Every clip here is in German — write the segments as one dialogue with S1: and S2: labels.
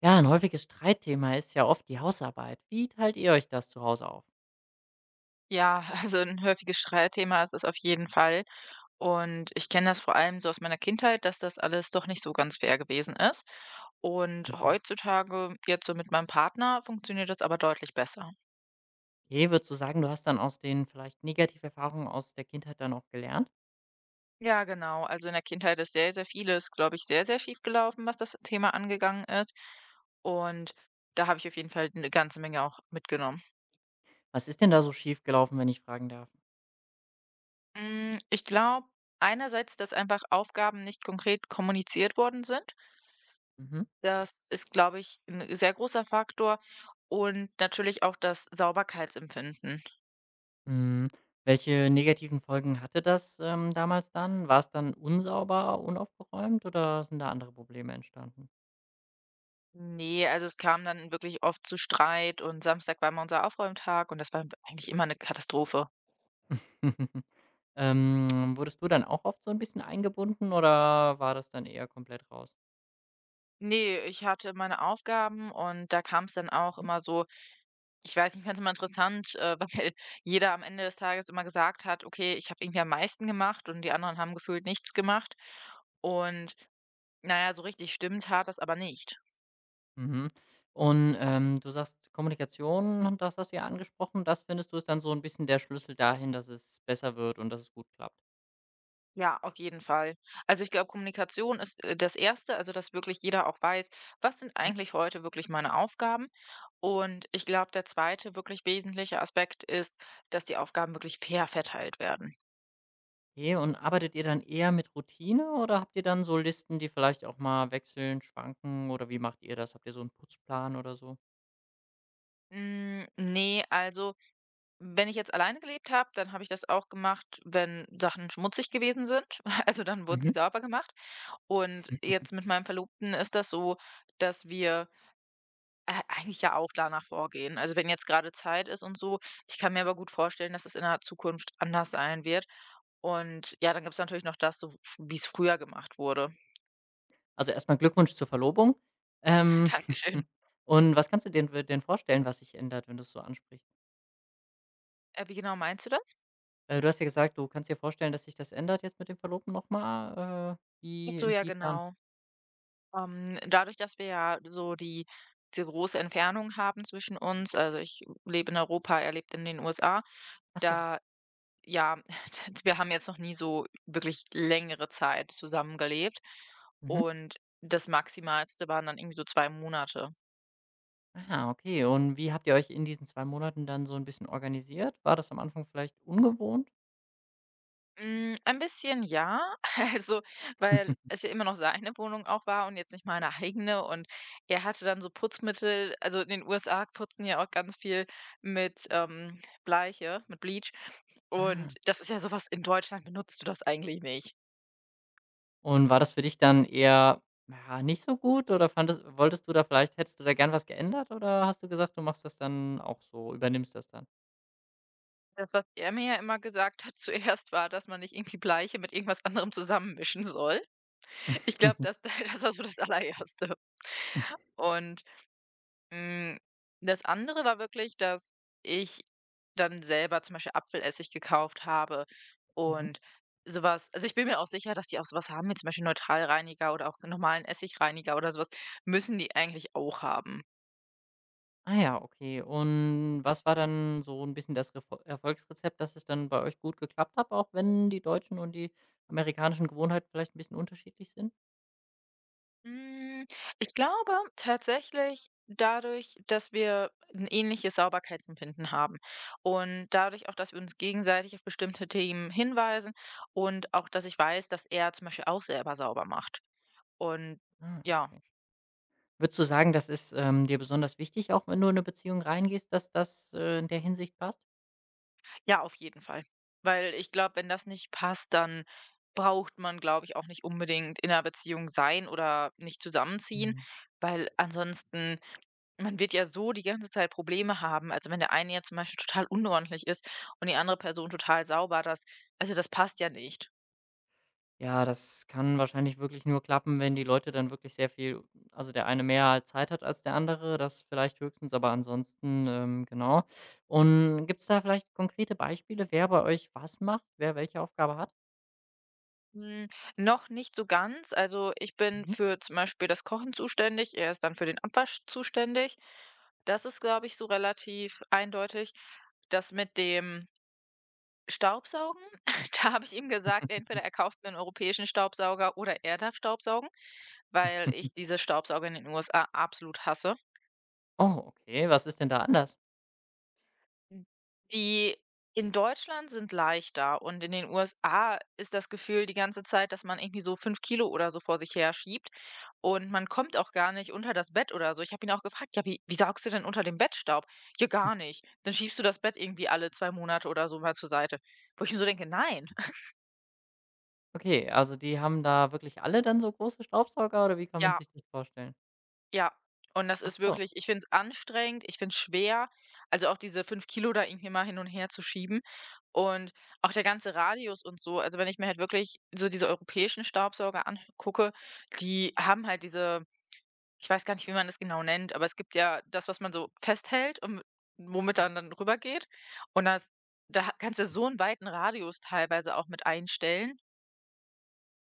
S1: Ja, ein häufiges Streitthema ist ja oft die Hausarbeit. Wie teilt ihr euch das zu Hause auf?
S2: Ja, also ein häufiges Streitthema ist es auf jeden Fall. Und ich kenne das vor allem so aus meiner Kindheit, dass das alles doch nicht so ganz fair gewesen ist. Und
S1: Mhm.
S2: heutzutage, jetzt so mit meinem Partner, funktioniert das aber deutlich besser.
S1: Okay, würdest du sagen, du hast dann aus den vielleicht negativen Erfahrungen aus der Kindheit dann auch gelernt?
S2: Ja, genau. Also in der Kindheit ist sehr, sehr vieles, glaube ich, sehr, sehr schief gelaufen, was das Thema angegangen ist. Und da habe ich auf jeden Fall eine ganze Menge auch mitgenommen.
S1: Was ist denn da so schief gelaufen, wenn ich fragen darf?
S2: Ich glaube einerseits, dass einfach Aufgaben nicht konkret kommuniziert worden sind.
S1: Mhm.
S2: Das ist, glaube ich, ein sehr großer Faktor und natürlich auch das Sauberkeitsempfinden.
S1: Hm, welche negativen Folgen hatte das damals dann? War es dann unsauber, unaufgeräumt oder sind da andere Probleme entstanden?
S2: Ne, also, es kam dann wirklich oft zu Streit und Samstag war immer unser Aufräumtag und das war eigentlich immer eine Katastrophe.
S1: Wurdest du dann auch oft so ein bisschen eingebunden oder war das dann eher komplett raus?
S2: Ne, ich hatte meine Aufgaben und da kam es dann auch
S1: Mhm.
S2: immer so ich weiß nicht, ich fand es immer interessant, weil jeder am Ende des Tages immer gesagt hat: „Okay, ich habe irgendwie am meisten gemacht" und die anderen haben gefühlt nichts gemacht. Und na ja, so richtig stimmt hat das aber nicht.
S1: Mhm. Und, du sagst Kommunikation, das hast du ja angesprochen. Das findest du ist dann so ein bisschen der Schlüssel dahin, dass es besser wird und dass es gut klappt.
S2: Ja, auf jeden Fall. Also ich glaube, Kommunikation ist das Erste, also dass wirklich jeder auch weiß, was sind
S1: Mhm.
S2: eigentlich heute wirklich meine Aufgaben. Und ich glaube, der zweite wirklich wesentliche Aspekt ist, dass die Aufgaben wirklich fair verteilt werden.
S1: Okay, und arbeitet ihr dann eher mit Routine oder habt ihr dann so Listen, die vielleicht auch mal wechseln, schwanken oder wie macht ihr das? Habt ihr so einen Putzplan oder so?
S2: Nee, also wenn ich jetzt alleine gelebt habe, dann habe ich das auch gemacht, wenn Sachen schmutzig gewesen sind. Also dann wurden
S1: Mhm.
S2: sie sauber gemacht. Und jetzt mit meinem Verlobten ist das so, dass wir eigentlich ja auch danach vorgehen. Also, wenn jetzt gerade Zeit ist und so. Ich kann mir aber gut vorstellen, dass es in der Zukunft anders sein wird. Und ja, dann gibt's natürlich noch das, so wie es früher gemacht wurde.
S1: Also, erstmal Glückwunsch zur Verlobung. Ähm,
S2: Dankeschön.
S1: und was kannst du dir denn vorstellen, was sich ändert, wenn du es so ansprichst?
S2: Wie genau meinst du das?
S1: Du hast ja gesagt, du kannst dir vorstellen, dass sich das ändert jetzt mit dem Verlobten noch mal. Äh,
S2: Ach
S1: wie
S2: so, ja
S1: inwiefern?
S2: genau. Dadurch, dass wir ja so die große Entfernung haben zwischen uns, also, ich lebe in Europa, er lebt in den USA.
S1: Ach so.
S2: Da Ja, wir haben jetzt noch nie so wirklich längere Zeit zusammengelebt
S1: Mhm.
S2: und das Maximalste waren dann irgendwie so 2 Monate.
S1: Ah, okay. Und wie habt ihr euch in diesen 2 Monaten dann so ein bisschen organisiert? War das am Anfang vielleicht ungewohnt?
S2: Ein bisschen ja, also, weil es ja immer noch seine Wohnung auch war und jetzt nicht meine eigene und er hatte dann so Putzmittel also, in den USA putzen ja auch ganz viel mit, Bleiche mit Bleach
S1: Ah.
S2: und das ist ja sowas. In Deutschland benutzt du das eigentlich nicht.
S1: Und war das für dich dann eher, ja, nicht so gut oder fandest wolltest du da vielleicht hättest du da gern was geändert oder hast du gesagt, du machst das dann auch so übernimmst das dann?
S2: Das, was er mir ja immer gesagt hat zuerst, war, dass man nicht irgendwie Bleiche mit irgendwas anderem zusammenmischen soll. Ich glaube, das das war so das Allererste. Und, hm, das andere war wirklich, dass ich dann selber zum Beispiel Apfelessig gekauft habe
S1: Mhm.
S2: und sowas. Also, ich bin mir auch sicher, dass die auch so was haben wie zum Beispiel Neutralreiniger oder auch normalen Essigreiniger oder sowas. Müssen die eigentlich auch haben.
S1: Ah ja, okay. Und was war dann so ein bisschen das Refo Erfolgsrezept, dass es dann bei euch gut geklappt hat, auch wenn die deutschen und die amerikanischen Gewohnheiten vielleicht ein bisschen unterschiedlich sind?
S2: Hm, ich glaube tatsächlich dadurch, dass wir ein ähnliches Sauberkeitsempfinden haben und dadurch auch, dass wir uns gegenseitig auf bestimmte Themen hinweisen und auch, dass ich weiß, dass er zum Beispiel auch selber sauber macht. Und
S1: Ah,
S2: ja,
S1: okay. Würdest du sagen, das ist, dir besonders wichtig, auch wenn du in eine Beziehung reingehst, dass das, in der Hinsicht passt?
S2: ja, auf jeden Fall. Weil ich glaube, wenn das nicht passt, dann braucht man, glaube ich, auch nicht unbedingt in 'ner Beziehung sein oder nicht zusammenziehen,
S1: Mhm.
S2: weil ansonsten man wird ja so die ganze Zeit Probleme haben. Also, wenn der eine jetzt zum Beispiel total unordentlich ist und die andere Person total sauber, das also, das passt ja nicht.
S1: Ja, das kann wahrscheinlich wirklich nur klappen, wenn die Leute dann wirklich sehr viel also, der eine mehr Zeit hat als der andere, das vielleicht höchstens, aber ansonsten, genau. Und gibt es da vielleicht konkrete Beispiele, wer bei euch was macht, wer welche Aufgabe hat?
S2: Hm, noch nicht so ganz. Also, ich bin
S1: Mhm.
S2: für zum Beispiel das Kochen zuständig, er ist dann für den Abwasch zuständig. Das ist, glaube ich, so relativ eindeutig. Das mit dem Staubsaugen, da habe ich ihm gesagt, entweder er kauft mir einen europäischen Staubsauger oder er darf Staubsaugen, weil ich diese Staubsauger in den USA absolut hasse.
S1: Oh, okay, was ist denn da anders?
S2: Hm, die in Deutschland sind leichter und in den USA ist das Gefühl die ganze Zeit, dass man irgendwie so 5 Kilo oder so vor sich herschiebt und man kommt auch gar nicht unter das Bett oder so. Ich habe ihn auch gefragt: „Ja, wie saugst du denn unter dem Bett Staub?" „Ja, gar nicht. Dann schiebst du das Bett irgendwie alle 2 Monate oder so mal zur Seite." Wo ich mir so denke: „Nein."
S1: Okay, also, die haben da wirklich alle dann so große Staubsauger oder wie kann man
S2: Ja.
S1: sich das vorstellen?
S2: Ja, und das
S1: Ach
S2: ist
S1: so.
S2: wirklich ich finde es anstrengend, ich finde es schwer, also auch diese 5 Kilo da irgendwie mal hin und her zu schieben und auch der ganze Radius und so. Also, wenn ich mir halt wirklich so diese europäischen Staubsauger angucke, die haben halt diese ich weiß gar nicht, wie man das genau nennt, aber es gibt ja das, was man so festhält und womit dann rübergeht und das da kannst du so einen weiten Radius teilweise auch mit einstellen.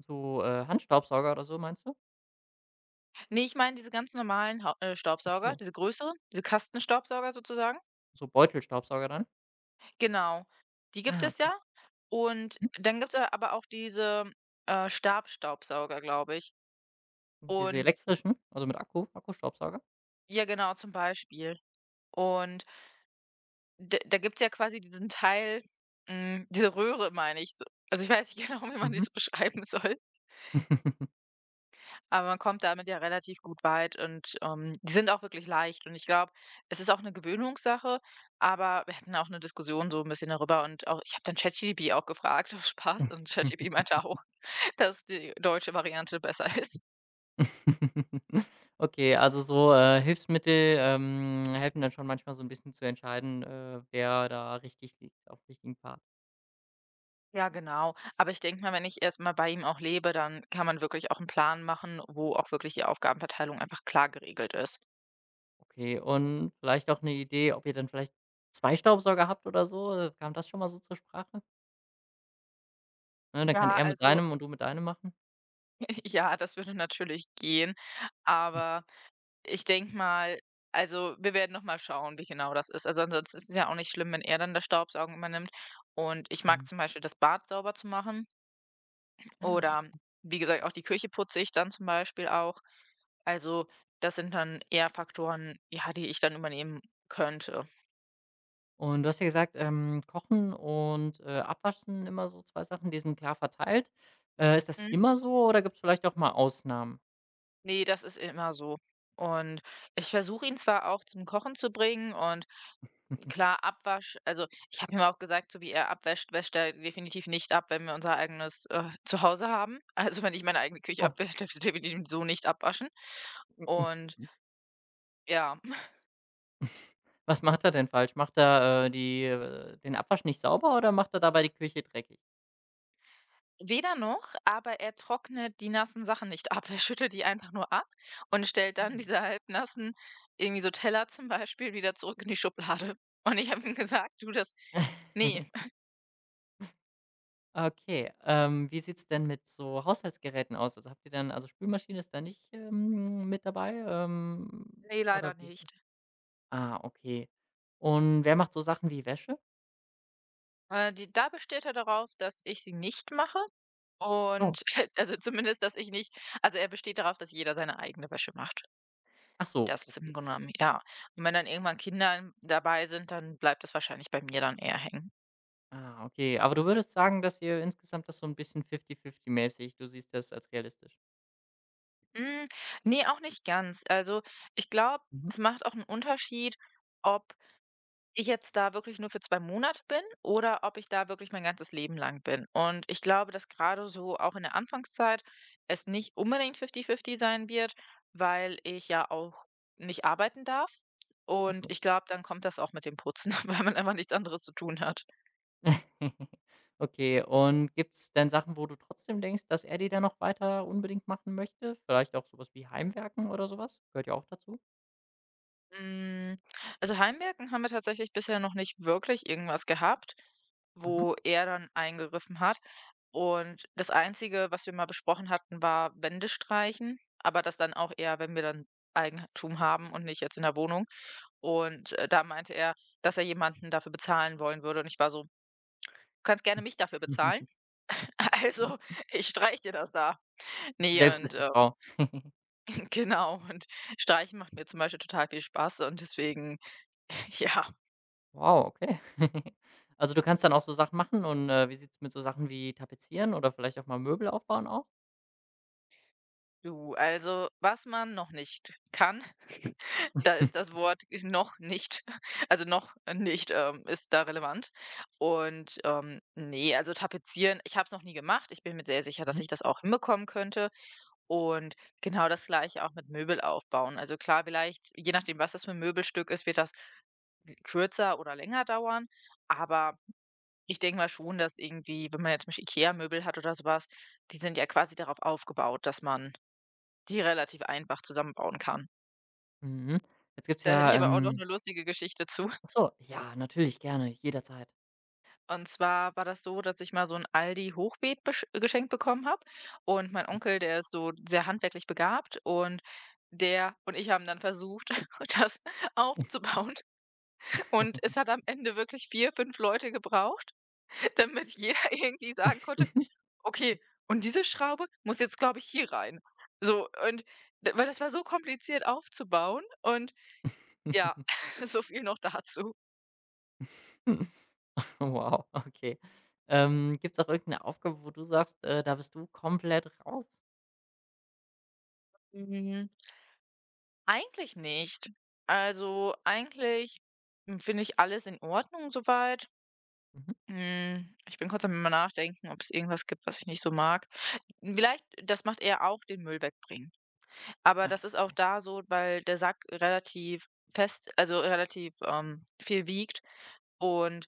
S1: So, Handstaubsauger oder so, meinst du?
S2: Ne, ich meine diese ganz normalen Hau
S1: Ach
S2: Staubsauger,
S1: so,
S2: diese größeren, diese Kastenstaubsauger sozusagen.
S1: so Beutelstaubsauger dann?
S2: Genau, die gibt
S1: Ah,
S2: es
S1: okay.
S2: ja. Und
S1: Mhm.
S2: dann gibt es aber auch diese, Stabstaubsauger, glaube ich.
S1: Diese
S2: Und
S1: elektrischen, also mit Akkustaubsauger?
S2: ja, genau, zum Beispiel. Und d da gibt es ja quasi diesen Teil, diese Röhre, meine ich. Also, ich weiß nicht genau, wie man
S1: Mhm.
S2: das beschreiben soll, aber man kommt damit ja relativ gut weit und, die sind auch wirklich leicht. Und ich glaube, es ist auch eine Gewöhnungssache, aber wir hatten auch eine Diskussion so ein bisschen darüber und auch ich habe dann ChatGPT auch gefragt, aus Spaß und ChatGPT meinte auch, dass die deutsche Variante besser ist.
S1: Okay, also so, Hilfsmittel, helfen dann schon manchmal so ein bisschen zu entscheiden, wer da richtig liegt auf dem richtigen Pfad.
S2: Ja, genau. Aber ich denke mal, wenn ich erst mal bei ihm auch lebe, dann kann man wirklich auch einen Plan machen, wo auch wirklich die Aufgabenverteilung einfach klar geregelt ist.
S1: Okay, und vielleicht auch eine Idee, ob ihr dann vielleicht 2 Staubsauger habt oder so? Kam das schon mal so zur Sprache? Ne, dann kann
S2: Ja,
S1: er mit
S2: also
S1: deinem und du mit deinem machen.
S2: ja, das würde natürlich gehen, aber ich denke mal also, wir werden noch mal schauen, wie genau das ist. Also, ansonsten ist es ja auch nicht schlimm, wenn er dann das Staubsaugen übernimmt und ich mag
S1: Mhm.
S2: zum Beispiel das Bad sauber zu machen
S1: Ah,
S2: oder wie gesagt, auch die Küche putze ich dann zum Beispiel auch. Also, das sind dann eher Faktoren, ja, die ich dann übernehmen könnte.
S1: und du hast ja gesagt, Kochen und, Abwasch sind immer so 2 Sachen, die sind klar verteilt. Ist das
S2: Mhm.
S1: immer so oder gibt es vielleicht auch mal Ausnahmen?
S2: Ne, das ist immer so. Und ich versuche ihn zwar auch zum Kochen zu bringen und klar, Abwasch also, ich habe ihm auch gesagt, so wie er abwäscht, wäscht er definitiv nicht ab, wenn wir unser eigenes, Zuhause haben. Also, wenn ich meine eigene Küche
S1: Oh,
S2: abwäsche, darf ich definitiv so nicht abwaschen. Und ja.
S1: was macht er denn falsch? Macht er, die den Abwasch nicht sauber oder macht er dabei die Küche dreckig?
S2: Weder noch, aber er trocknet die nassen Sachen nicht ab. Er schüttelt die einfach nur ab und stellt dann diese halbnassen, irgendwie so Teller zum Beispiel, wieder zurück in die Schublade. Und ich habe ihm gesagt: „Du, das nee,
S1: Okay, wie sieht's denn mit so Haushaltsgeräten aus? Also, habt ihr dann also, Spülmaschine ist da nicht, mit dabei,
S2: ne, leider
S1: oder wie ist das?
S2: nicht."
S1: Ah, okay. Und wer macht so Sachen wie Wäsche?
S2: Die da besteht er darauf, dass ich sie nicht mache
S1: Oh,
S2: und also zumindest, dass ich nicht also er besteht darauf, dass jeder seine eigene Wäsche macht.
S1: ach so,
S2: Das ist
S1: okay.
S2: im Grunde genommen ja. Und wenn dann irgendwann Kinder dabei sind, dann bleibt das wahrscheinlich bei mir dann eher hängen.
S1: Ah, okay. Aber du würdest sagen, dass ihr insgesamt das so ein bisschen fifty-fifty-mäßig du siehst das als realistisch?
S2: Hm, ne, auch nicht ganz. Also, ich glaube,
S1: Mhm.
S2: es macht auch einen Unterschied, ob ich jetzt da wirklich nur für 2 Monate bin oder ob ich da wirklich mein ganzes Leben lang bin. Und ich glaube, dass gerade so auch in der Anfangszeit es nicht unbedingt fifty-fifty sein wird, weil ich ja auch nicht arbeiten darf.
S1: Ach
S2: Und
S1: so.
S2: ich glaube, dann kommt das auch mit dem Putzen, weil man einfach nichts anderes zu tun hat.
S1: Okay, und gibt's denn Sachen, wo du trotzdem denkst, dass er die dann noch weiter unbedingt machen möchte? Vielleicht auch sowas wie Heimwerken oder sowas gehört ja auch dazu.
S2: Hm, also Heimwirken haben wir tatsächlich bisher noch nicht wirklich irgendwas gehabt,
S1: Mhm.
S2: wo er dann eingegriffen hat. Und das Einzige, was wir mal besprochen hatten, war Wände streichen, aber das dann auch eher, wenn wir dann Eigentum haben und nicht jetzt in der Wohnung. Und da meinte er, dass er jemanden dafür bezahlen wollen würde. Und ich war so, du kannst gerne mich dafür bezahlen. Also, ich streiche dir das da. Nee,
S1: Selbst
S2: und
S1: ist die Frau.
S2: genau. Und streichen macht mir zum Beispiel total viel Spaß. Und deswegen, ja.
S1: Wow, okay. Also, du kannst dann auch so Sachen machen und, wie sieht's mit so Sachen wie Tapezieren oder vielleicht auch mal Möbel aufbauen aus?
S2: Du, also was man noch nicht kann, da ist das Wort noch nicht, also noch nicht, ist da relevant. Und nee, also tapezieren, ich habe es noch nie gemacht. Ich bin mir sehr sicher,
S1: Mhm.
S2: dass ich das auch hinbekommen könnte. Und genau das gleiche auch mit Möbel aufbauen. Also klar, vielleicht, je nachdem, was das für ein Möbelstück ist, wird das kürzer oder länger dauern. Aber ich denke mal schon, dass irgendwie, wenn man jetzt zum Beispiel IKEA-Möbel hat oder sowas, die sind ja quasi darauf aufgebaut, dass man die relativ einfach zusammenbauen kann.
S1: Mhm. Jetzt gibt's
S2: Da hätte
S1: ja,
S2: ich aber auch noch eine lustige Geschichte zu.
S1: Ach so, ja, natürlich gerne, jederzeit.
S2: Und zwar war das so, dass ich mal so ein Aldi-Hochbeet besch geschenkt bekommen habe und mein Onkel, der ist so sehr handwerklich begabt und der und ich haben dann versucht, das aufzubauen und es hat am Ende wirklich 4, 5 Leute gebraucht, damit jeder irgendwie sagen konnte: „Okay, und diese Schraube muss jetzt, glaube ich, hier rein." So und d weil das war so kompliziert aufzubauen und ja, so viel noch dazu.
S1: Wow, okay. Gibt's auch irgendeine Aufgabe, wo du sagst, da bist du komplett raus?
S2: Hm, eigentlich nicht. Also, eigentlich, finde ich alles in Ordnung soweit. Weit.
S1: Mhm.
S2: Ich bin kurz am immer Nachdenken, ob es irgendwas gibt, was ich nicht so mag. Vielleicht das macht er auch den Müll wegbringen. Aber
S1: Ah,
S2: das ist auch
S1: okay.
S2: da so, weil der Sack relativ fest also, relativ, viel wiegt und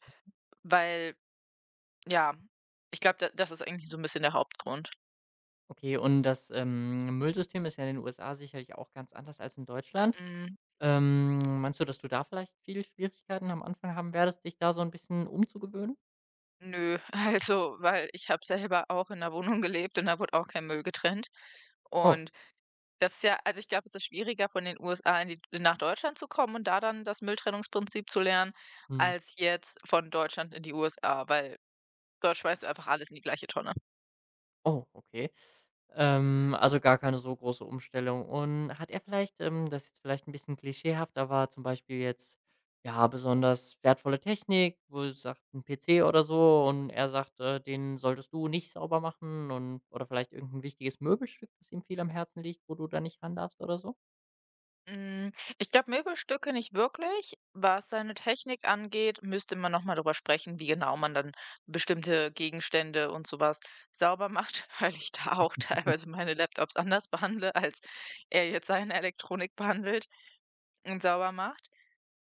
S2: weil ja, ich glaube, da das ist eigentlich so ein bisschen der Hauptgrund.
S1: Okay, und das, Müllsystem ist ja in den USA sicherlich auch ganz anders als in Deutschland.
S2: Hm.
S1: Meinst du, dass du da vielleicht viele Schwierigkeiten am Anfang haben werdest, dich da so ein bisschen umzugewöhnen?
S2: Nö, also, weil ich habe selber auch in 'ner Wohnung gelebt und da wurde auch kein Müll getrennt.
S1: Oh,
S2: Und das ist ja also, ich glaube, es ist schwieriger von den USA in die nach Deutschland zu kommen und da dann das Mülltrennungsprinzip zu lernen,
S1: mhm.
S2: als jetzt von Deutschland in die USA, weil dort schmeißt du einfach alles in die gleiche Tonne.
S1: Oh, okay. Also gar keine so große Umstellung. Und hat er vielleicht, das ist jetzt vielleicht ein bisschen klischeehaft, aber zum Beispiel jetzt, ja, besonders wertvolle Technik, wo er sagt, 'n PC oder so und er sagt, „Den solltest du nicht sauber machen“ und oder vielleicht irgendein wichtiges Möbelstück, das ihm viel am Herzen liegt, wo du da nicht ran darfst oder so?
S2: Hm, ich glaube, Möbelstücke nicht wirklich. Was seine Technik angeht, müsste man noch mal drüber sprechen, wie genau man dann bestimmte Gegenstände und sowas sauber macht, weil ich da auch teilweise meine Laptops anders behandle, als er jetzt seine Elektronik behandelt und sauber macht.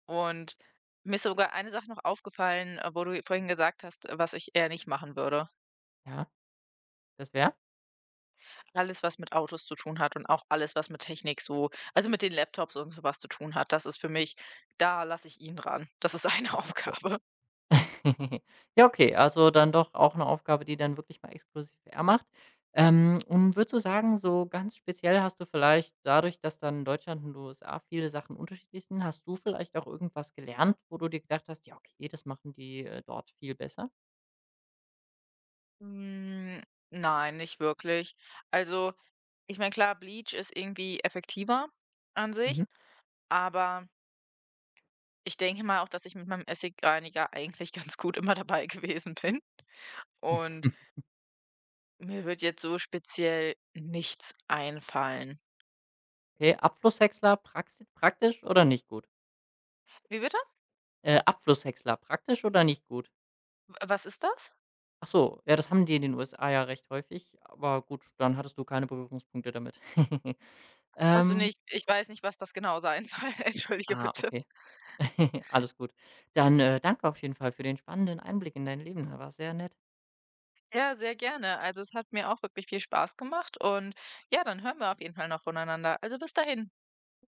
S2: Und mir ist sogar eine Sache noch aufgefallen, wo du vorhin gesagt hast, was ich eher nicht machen würde.
S1: Ja, das wäre?
S2: Alles, was mit Autos zu tun hat und auch alles, was mit Technik so also mit den Laptops und so was zu tun hat, das ist für mich da lasse ich ihn dran. Das ist seine Aufgabe.
S1: Ja, okay, also dann doch auch eine Aufgabe, die dann wirklich mal exklusiv er macht. Und würdest du sagen, so ganz speziell hast du vielleicht dadurch, dass dann in Deutschland und USA viele Sachen unterschiedlich sind, hast du vielleicht auch irgendwas gelernt, wo du dir gedacht hast: „Ja, okay, das machen die, dort viel besser?“
S2: Hm, nein, nicht wirklich. Also, ich meine, klar, Bleach ist irgendwie effektiver an sich,
S1: Mhm.
S2: aber ich denke mal auch, dass ich mit meinem Essigreiniger eigentlich ganz gut immer dabei gewesen bin und mir wird jetzt so speziell nichts einfallen.
S1: Okay, Abflusshäcksler praxi praktisch oder nicht gut?
S2: Wie bitte?
S1: Abflusshäcksler praktisch oder nicht gut?
S2: W was ist das?
S1: Ach so, ja, das haben die in den USA ja recht häufig, aber gut, dann hattest du keine Berührungspunkte damit.
S2: Ach so, ne,
S1: Ähm,
S2: ich weiß nicht, was das genau sein soll. Entschuldige
S1: ah,
S2: bitte.
S1: okay. Alles gut. Dann, danke auf jeden Fall für den spannenden Einblick in dein Leben. War sehr nett.
S2: Ja, sehr gerne. Also, es hat mir auch wirklich viel Spaß gemacht und ja, dann hören wir auf jeden Fall noch voneinander. Also, bis dahin.